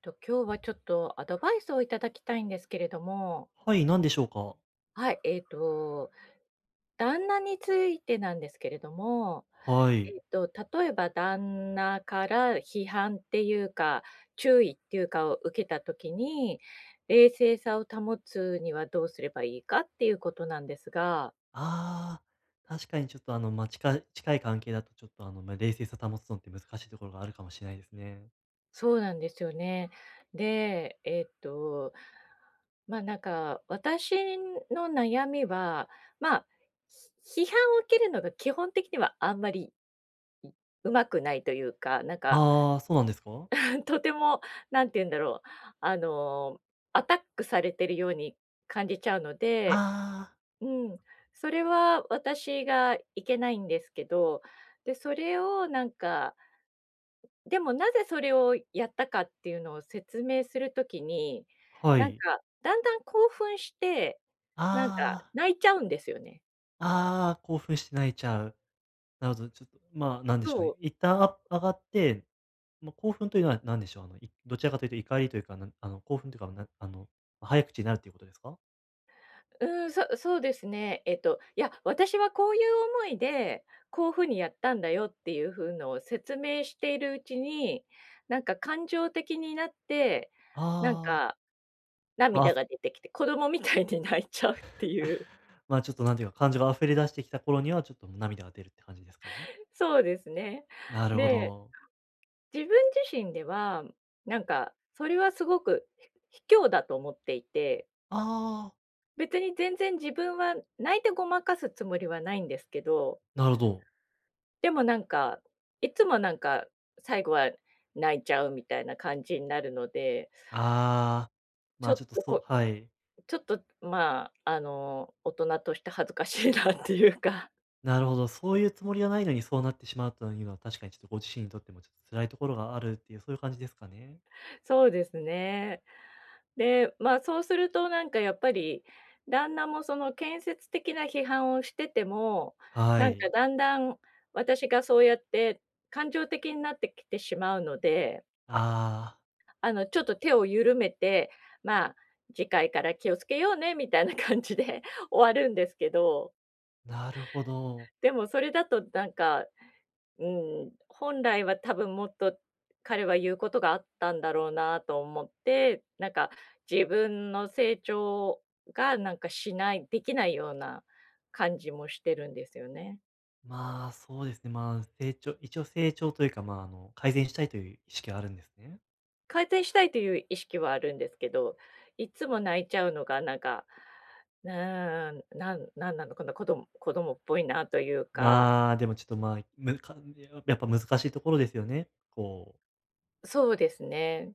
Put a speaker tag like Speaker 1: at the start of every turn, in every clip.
Speaker 1: 今日はちょっとアドバイスをいただきたいんですけれども、
Speaker 2: はい、何でしょうか？
Speaker 1: はい、旦那についてなんですけれども、
Speaker 2: はい。
Speaker 1: えっと、例えば旦那から批判っていうか、注意っていうかを受けたときに、冷静さを保つにはどうすればいいかっていうことなんですが。
Speaker 2: ああ、確かにちょっと近い関係だとちょっと冷静さ保つのって難しいところがあるかもしれないですね。
Speaker 1: そうなんですよね。で、ま、なんか、私の悩みは、ま、批判を受けるのが基本的にはあんまり、うまくないというか、なんか
Speaker 2: ああ、そうなんですか？
Speaker 1: とても、なんて言うんだろう、あの、アタックされてるように感じちゃうの
Speaker 2: あ
Speaker 1: で、
Speaker 2: あ。
Speaker 1: うん、それは私がいけないんですけど、で、それをなんか、でも、なぜそれをやったかっていうのを説明するときに、
Speaker 2: は
Speaker 1: なん
Speaker 2: い。
Speaker 1: か、だんだん興奮して、なんか
Speaker 2: あ
Speaker 1: 泣いちゃうんですよね。
Speaker 2: あ、ああ、興奮して泣いちゃう。なるほど、ちょっと、なんでしょうね、
Speaker 1: そ
Speaker 2: 一旦上がって、興奮というのは何でしょう、どちらかというと怒りというか、なんあの、興奮というか、なあの、早口になるということですか？
Speaker 1: う、うん、そうですね。えっと、いや、私はこういう思いで、こういうふうにやったんだよっていうふうのを説明しているうちに、なんか感情的になって、なん
Speaker 2: ああー。
Speaker 1: か
Speaker 2: ま
Speaker 1: 涙
Speaker 2: あ
Speaker 1: が出てきて、子供みたいに泣いちゃうっていう。
Speaker 2: ちょっとなんていうか、感情が溢れ出してきた頃には、ちょっともう涙が出るって感じですかね？
Speaker 1: そうですね。
Speaker 2: なるほ
Speaker 1: で、
Speaker 2: ど。
Speaker 1: 自分自身では、なんか、それはすごく卑怯だと思っていて、
Speaker 2: ああ、
Speaker 1: 別に全然自分は泣いてごまかすつもりはないんですけど、
Speaker 2: なるほど。
Speaker 1: でもなんか、いつもなんか、最後は泣いちゃうみたいな感じになるので、
Speaker 2: ああ、
Speaker 1: ちょ
Speaker 2: ち
Speaker 1: っ
Speaker 2: ょっと
Speaker 1: と
Speaker 2: そう、
Speaker 1: こ
Speaker 2: はい。
Speaker 1: ちょっと、まあ、あの、大人として恥ずかしいなっていうか、
Speaker 2: なるほど、そういうつもりはないのにそうなってしまうというのは、確かにちょっとご自身にとってもちょっと辛いところがあるっていう、そういう感じですかね？
Speaker 1: そうですね。で、まあ、そうするとなんかやっぱり、旦那もその建設的な批判をしてても、
Speaker 2: は
Speaker 1: なん
Speaker 2: い。
Speaker 1: かだんだん私がそうやって感情的になってきてしまうので、
Speaker 2: ああ、
Speaker 1: あの、ちょっと手を緩めて、まあ、次回から気をつけようねみたいな感じで 終わるんですけど、
Speaker 2: なるほど。
Speaker 1: でもそれだとなんか、うん、本来は多分もっと彼は言うことがあったんだろうなと思って、なんか自分の成長がなんかしない、できないような感じもしてるんですよね。
Speaker 2: そうですね、一応成長というか、改善したいという意識はあるんですね？
Speaker 1: 改善したいという意識はあるんですけど、いつも泣いちゃうのがなんか、うーなのかな、子供子供っぽいなというか、
Speaker 2: でもちょっと、むかややっぱ難しいところですよね。
Speaker 1: そうですね。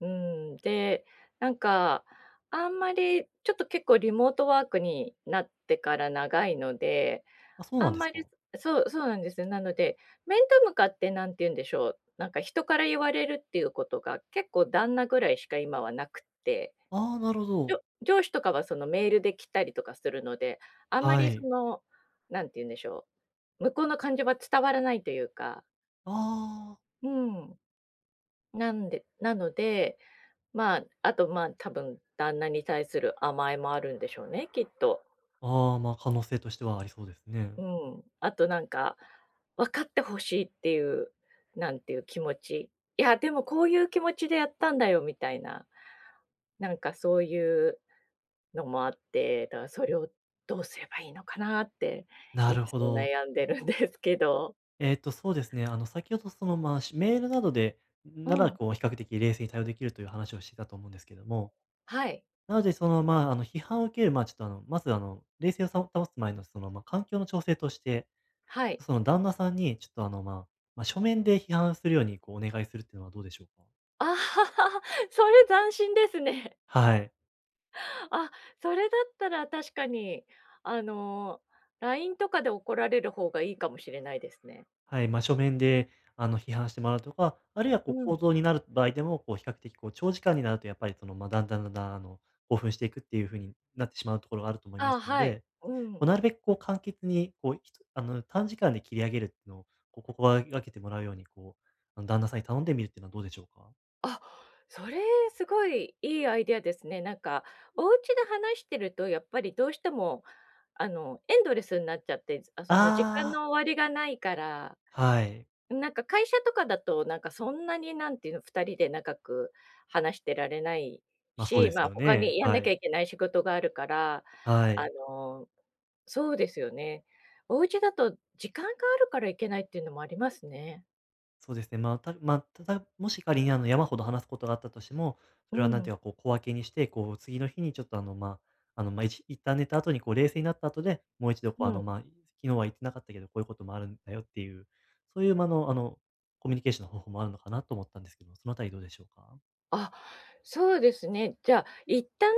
Speaker 1: うん、で、なんか、あんまりちょっと結構リモートワークになってから長いので、
Speaker 2: あ、そう
Speaker 1: あ
Speaker 2: な
Speaker 1: ん
Speaker 2: んです
Speaker 1: まり、
Speaker 2: か。
Speaker 1: そうなんですよ。なので、面と向かってなんて言うんでしょう、なんか人から言われるっていうことが結構旦那ぐらいしか今はなくって、
Speaker 2: ああ、なるほ
Speaker 1: じ
Speaker 2: ど。
Speaker 1: ょ上司とかはそのメールで来たりとかするので、あんま
Speaker 2: は
Speaker 1: りそ
Speaker 2: い。
Speaker 1: の、なんて言うんでしょう、向こうの感情は伝わらないというか、
Speaker 2: ああ、
Speaker 1: うん、なので、まあ、あと、まあ、多分旦那に対する甘えもあるんでしょうね、きっと。
Speaker 2: ああ、可能性としてはありそうですね。
Speaker 1: うん。あとなんか、分かってほしいっていう、なんていう気持ち。いや、でもこういう気持ちでやったんだよみたいな。なんかそういうのもあって、だからそれをどうすればいいのかなって、
Speaker 2: な
Speaker 1: い
Speaker 2: る
Speaker 1: つ
Speaker 2: ほ
Speaker 1: も
Speaker 2: ど。
Speaker 1: 悩んでるんですけど。
Speaker 2: そうですね、先ほどメールなどで
Speaker 1: う
Speaker 2: なら、
Speaker 1: ん。
Speaker 2: 比較的冷静に対応できるという話をしていたと思うんですけども、
Speaker 1: はい。
Speaker 2: なので、批判を受ける、ちょっと、まず、冷静を保つ前の、環境の調整として、
Speaker 1: はい。
Speaker 2: 旦那さんに、ちょっと、書面で批判するように、お願いするっていうのはどうでしょうか？
Speaker 1: ああ、それ斬新ですね。
Speaker 2: はい。
Speaker 1: あ、それだったら確かに、あの、LINE とかで怒られる方がいいかもしれないですね。
Speaker 2: はい、真正面で、批判してもらうとか、あるいは
Speaker 1: う
Speaker 2: 口
Speaker 1: ん。
Speaker 2: 頭になる場合でも、比較的長時間になるとやっぱりだんだんだんだん、興奮していくっていう風になってしまうところがあると思いま
Speaker 1: あ、
Speaker 2: すの
Speaker 1: はい。
Speaker 2: で、
Speaker 1: うん。
Speaker 2: なるべく簡潔に、ひとあの、短時間で切り上げるっていうのを、心がけてもらうように、旦那さんに頼んでみるっていうのはどうでしょうか？
Speaker 1: あ、それすごいいいアイデアですね。なんか、お家で話してるとやっぱりどうしても、あの、エンドレスになっちゃって、あ、その時間
Speaker 2: ああ、
Speaker 1: の終わりがないから、
Speaker 2: はい。
Speaker 1: なんか会社とかだと、なんかそんなになんていうの、2人で長く話してられない
Speaker 2: あ、そう
Speaker 1: し、
Speaker 2: です
Speaker 1: まあ、
Speaker 2: よ
Speaker 1: 他
Speaker 2: ね。
Speaker 1: にやん
Speaker 2: は
Speaker 1: なきゃ
Speaker 2: い。
Speaker 1: いけない仕事があるから、
Speaker 2: は
Speaker 1: あ
Speaker 2: い。
Speaker 1: の、そうですよね。お家だと時間があるから行けないっていうのもありますね。
Speaker 2: そうですね。たまあ、ただ、もし仮に山ほど話すことがあったとしても、
Speaker 1: う
Speaker 2: それはなん
Speaker 1: ん、
Speaker 2: ていうか、小分けにして、次の日にちょっと一旦寝た後に冷静になった後で、もう一度
Speaker 1: うん。
Speaker 2: 昨日は言ってなかったけど、こういうこともあるんだよっていう、そういうコミュニケーションの方法もあるのかなと思ったんですけど、そのあたりどうでしょうか？
Speaker 1: あ、そうですね。じゃあ、一旦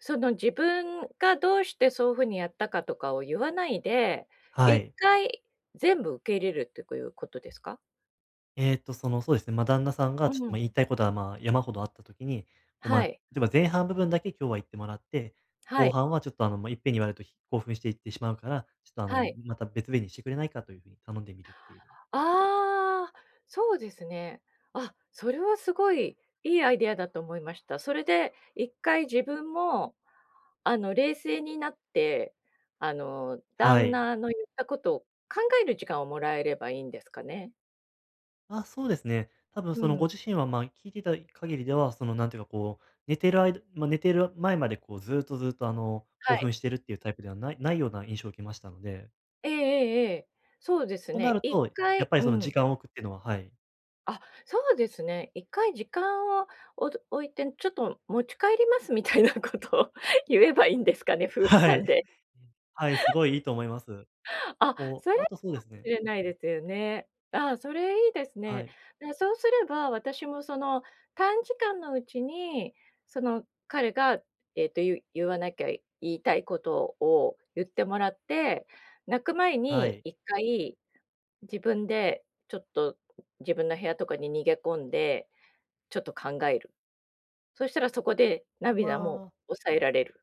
Speaker 1: その自分がどうしてそういうふうにやったかとかを言わないで、
Speaker 2: は
Speaker 1: 一
Speaker 2: い。
Speaker 1: 回全部受け入れるってこいうことですか？
Speaker 2: そうですね、旦那さんが
Speaker 1: う
Speaker 2: ちょっと、
Speaker 1: ん、
Speaker 2: 言いたいことは、山ほどあったときに、こう、ま
Speaker 1: は
Speaker 2: あ、
Speaker 1: い、
Speaker 2: 例えば前半部分だけ今日は言ってもらって、
Speaker 1: は
Speaker 2: 後
Speaker 1: い、
Speaker 2: 半はちょっと、いっぺんに言われると興奮して言ってしまうから、ちょっと、
Speaker 1: はい。
Speaker 2: また別日にしてくれないかというふうに頼んでみるっていう。
Speaker 1: ああ、そうですね。あ、それはすごいいいアイデアだと思いました。それで一回自分も、あの、冷静になって、あの、
Speaker 2: は
Speaker 1: 旦
Speaker 2: い。
Speaker 1: 那の言ったことを考える時間をもらえればいいんですかね。
Speaker 2: あ、そうですね。多分
Speaker 1: うん、
Speaker 2: ご自身は、聞いていた限りでは、なんていうか、寝てる間まあいだま寝てる前まで、ずーっとずーっと、
Speaker 1: は
Speaker 2: 興
Speaker 1: い。
Speaker 2: 奮してるっていうタイプではないような印象を受けましたので、
Speaker 1: ええええええ。そうです
Speaker 2: とな
Speaker 1: ね。
Speaker 2: る
Speaker 1: 一
Speaker 2: と、や
Speaker 1: 回
Speaker 2: っぱり
Speaker 1: う
Speaker 2: その時
Speaker 1: ん。
Speaker 2: 間を置くっていうのは、はい。
Speaker 1: あ、そうですね。一回時間を置いて、ちょっと持ち帰りますみたいなことを 言えばいいんですかね、夫婦
Speaker 2: は
Speaker 1: 間
Speaker 2: い。
Speaker 1: で。
Speaker 2: はい、すごいいいと思います。
Speaker 1: あ、そし
Speaker 2: あとそうですね、
Speaker 1: れないですよね。ああ、それいいです
Speaker 2: は
Speaker 1: ね。
Speaker 2: い、
Speaker 1: で、そうすれば、私もその短時間のうちに、その彼が、えっと、言わなきゃ言いたいことを言ってもらって、泣く前
Speaker 2: は
Speaker 1: に
Speaker 2: い。
Speaker 1: 一回自分でちょっと自分の部屋とかに逃げ込んで、ちょっと考える。そしたらそこで涙も
Speaker 2: まあ、
Speaker 1: 抑えられる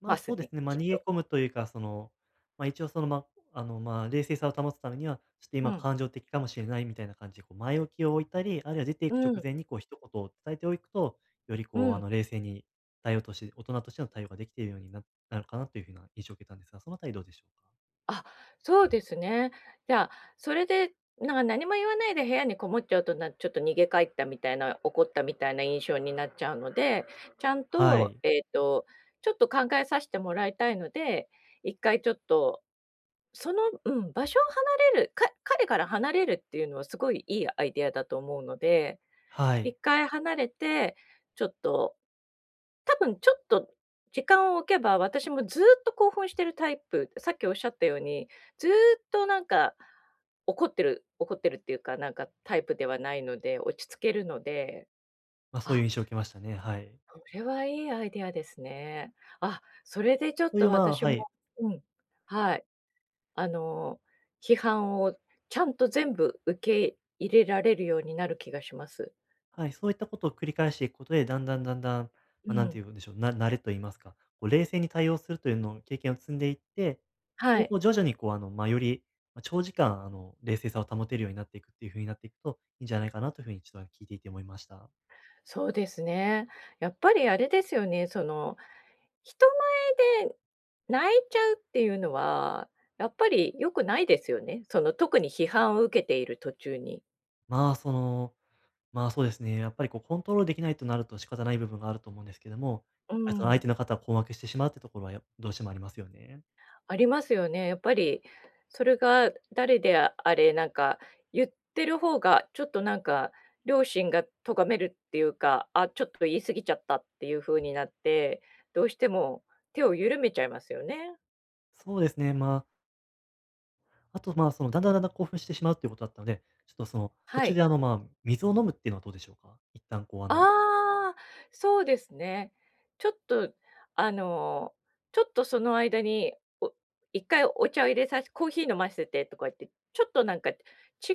Speaker 1: ます
Speaker 2: そうで
Speaker 1: ね、
Speaker 2: すね、
Speaker 1: きっ
Speaker 2: 逃げ
Speaker 1: と。
Speaker 2: 込むというか、一応冷静さを保つためには、ちょっと
Speaker 1: う
Speaker 2: 今
Speaker 1: ん。
Speaker 2: 感情的かもしれないみたいな感じで、前置きを置いたり、あるいは出ていく
Speaker 1: う
Speaker 2: 直
Speaker 1: ん、
Speaker 2: 前に一言を伝えておくと、より
Speaker 1: うん。
Speaker 2: 冷静に対応として大人としての対応ができているようになるかなというふうな印象を受けたんですが、そのあたりどうでしょうか？
Speaker 1: あ、そうですね。じゃあ、それで、なんか何も言わないで部屋にこもっちゃうと、ちょっと逃げ帰ったみたいな、怒ったみたいな印象になっちゃうので、ちゃん
Speaker 2: は
Speaker 1: と、
Speaker 2: い。
Speaker 1: えっと、ちょっと考えさせてもらいたいので、1回ちょっと、その、うん、場所を離れる、か彼から離れるっていうのはすごいいいアイデアだと思うので、
Speaker 2: はい。
Speaker 1: 1回離れて、ちょっと多分ちょっと時間を置けば、私もずっと興奮してるタイプ、さっきおっしゃったように、ずっとなんか、怒ってるっていうか、なんかタイプではないので、落ち着けるので、
Speaker 2: そういう
Speaker 1: あ、
Speaker 2: 印象を受けましたね、はい。
Speaker 1: それはいいアイデアですね。あ、それでちょっ
Speaker 2: とい
Speaker 1: と
Speaker 2: う、
Speaker 1: 私
Speaker 2: は
Speaker 1: も
Speaker 2: い。
Speaker 1: うん、はい、あの、批判をちゃんと全部受け入れられるようになる気がします。
Speaker 2: はい、そういったことを繰り返していくことで、だんだんだんだん、
Speaker 1: う
Speaker 2: なんて
Speaker 1: ん、
Speaker 2: いうんでしょう、慣れと言いますか、冷静に対応するというのを経験を積んでいって、
Speaker 1: は
Speaker 2: で、
Speaker 1: い、
Speaker 2: 徐々により、長時間冷静さを保てるようになっていくっていう風になっていくと、いいんじゃないかなという風にちょっと聞いていて思いました。
Speaker 1: そうですね。やっぱりあれですよね、その人前で泣いちゃうっていうのは、やっぱり良くないですよね。その特に批判を受けている途中に。
Speaker 2: まあ、その、そうですね、やっぱりコントロールできないとなると仕方ない部分があると思うんですけども、
Speaker 1: う
Speaker 2: やっぱり相
Speaker 1: ん、
Speaker 2: 手の方は困惑してしまうってところはどうしてもありますよね。
Speaker 1: ありますよね。やっぱりそれが誰であれ、なんか言ってる方がちょっとなんか良心が咎めるっていうか、あ、ちょっと言い過ぎちゃったっていう風になって、どうしても手を緩めちゃいますよね。
Speaker 2: そうですね、あと、だんだんだんだん興奮してしまうっていうことだったので、ちょっと途
Speaker 1: は
Speaker 2: 中
Speaker 1: い。
Speaker 2: で水を飲むっていうのはどうでしょうか？一旦
Speaker 1: ああ、そうですね。ちょっと、あの、ちょっとその間に、一回お茶を入れさて、コーヒー飲ませてとか言って、ちょっとなんか違う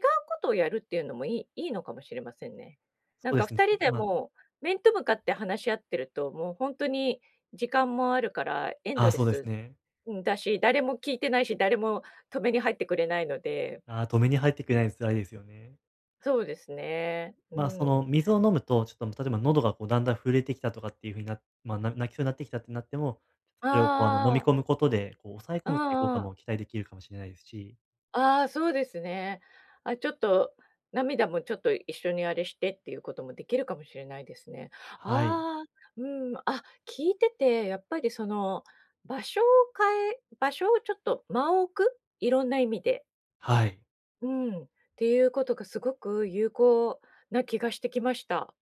Speaker 1: ことをやるっていうのもいいいいのかもしれませんね。
Speaker 2: そ
Speaker 1: なん
Speaker 2: うで
Speaker 1: か
Speaker 2: すね、
Speaker 1: 二人でもう面と向かって話し合ってると、もう本当に時間もあるから、エンドレ
Speaker 2: そうです
Speaker 1: ス、
Speaker 2: ね。
Speaker 1: うん、だし、誰も聞いてないし、誰も止めに入ってくれないので、
Speaker 2: ああ、止めに入ってくれないの辛いですよね。
Speaker 1: そうですね。うん。
Speaker 2: 水を飲むと、ちょっと、例えば喉がだんだん震えてきたとかっていう風になまあ、泣きそうになってきたってなっても、
Speaker 1: あ
Speaker 2: それを飲み
Speaker 1: あ、
Speaker 2: 込むことで、抑え
Speaker 1: う
Speaker 2: 込
Speaker 1: う
Speaker 2: むっていう効果
Speaker 1: ん。
Speaker 2: も期待できるかもしれないですし。
Speaker 1: ああ、そうですね。あ、ちょっと、涙もちょっと一緒にあれしてっていうこともできるかもしれないですね。
Speaker 2: はい。
Speaker 1: ああ、うん、あ、聞いてて、やっぱりその、場所を場所をちょっと間を置く、いろんな意味で。
Speaker 2: はい。
Speaker 1: うん、っていうことがすごく有効な気がしてきました。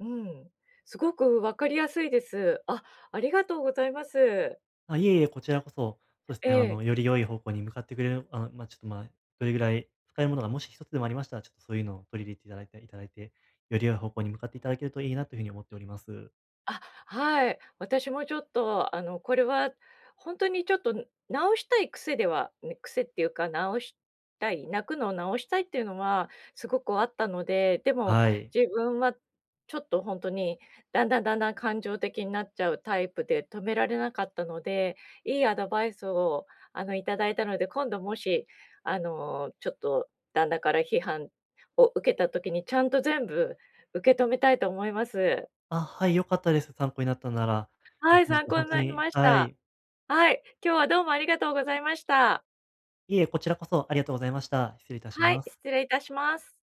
Speaker 1: うん。すごくわかりやすいです。あ、ありがとうございます。
Speaker 2: あ、いえいえ、こちらこそ、そうです
Speaker 1: え
Speaker 2: ね、
Speaker 1: え。
Speaker 2: より良い方向に向かってくれる、ちょっと、どれぐらい使えるものがもし一つでもありましたら、ちょっとそういうのを取り入れていただいて、より良い方向に向かっていただけるといいなというふうに思っております。
Speaker 1: あ、はい。私もちょっと、あの、これは本当にちょっと直したい癖ではね、癖っていうか、直したい、泣くのを直したいっていうのはすごくあったので、でも
Speaker 2: はい。
Speaker 1: 自分はちょっと本当に、だんだんだんだん感情的になっちゃうタイプで止められなかったので、いいアドバイスを、あの、いただいたので、今度もし、あの、ちょっと旦那から批判を受けた時に、ちゃんと全部受け止めたいと思います。
Speaker 2: あ、はい、良かったです。参考になったなら。い
Speaker 1: は
Speaker 2: や、
Speaker 1: い、
Speaker 2: 本日
Speaker 1: 参
Speaker 2: は
Speaker 1: 考になりまし
Speaker 2: は
Speaker 1: た。
Speaker 2: い。
Speaker 1: はい、今日はどうもありがとうございました。
Speaker 2: いえ、こちらこそありがとうございました。失礼いたし
Speaker 1: はい、
Speaker 2: ます。
Speaker 1: 失礼いたします。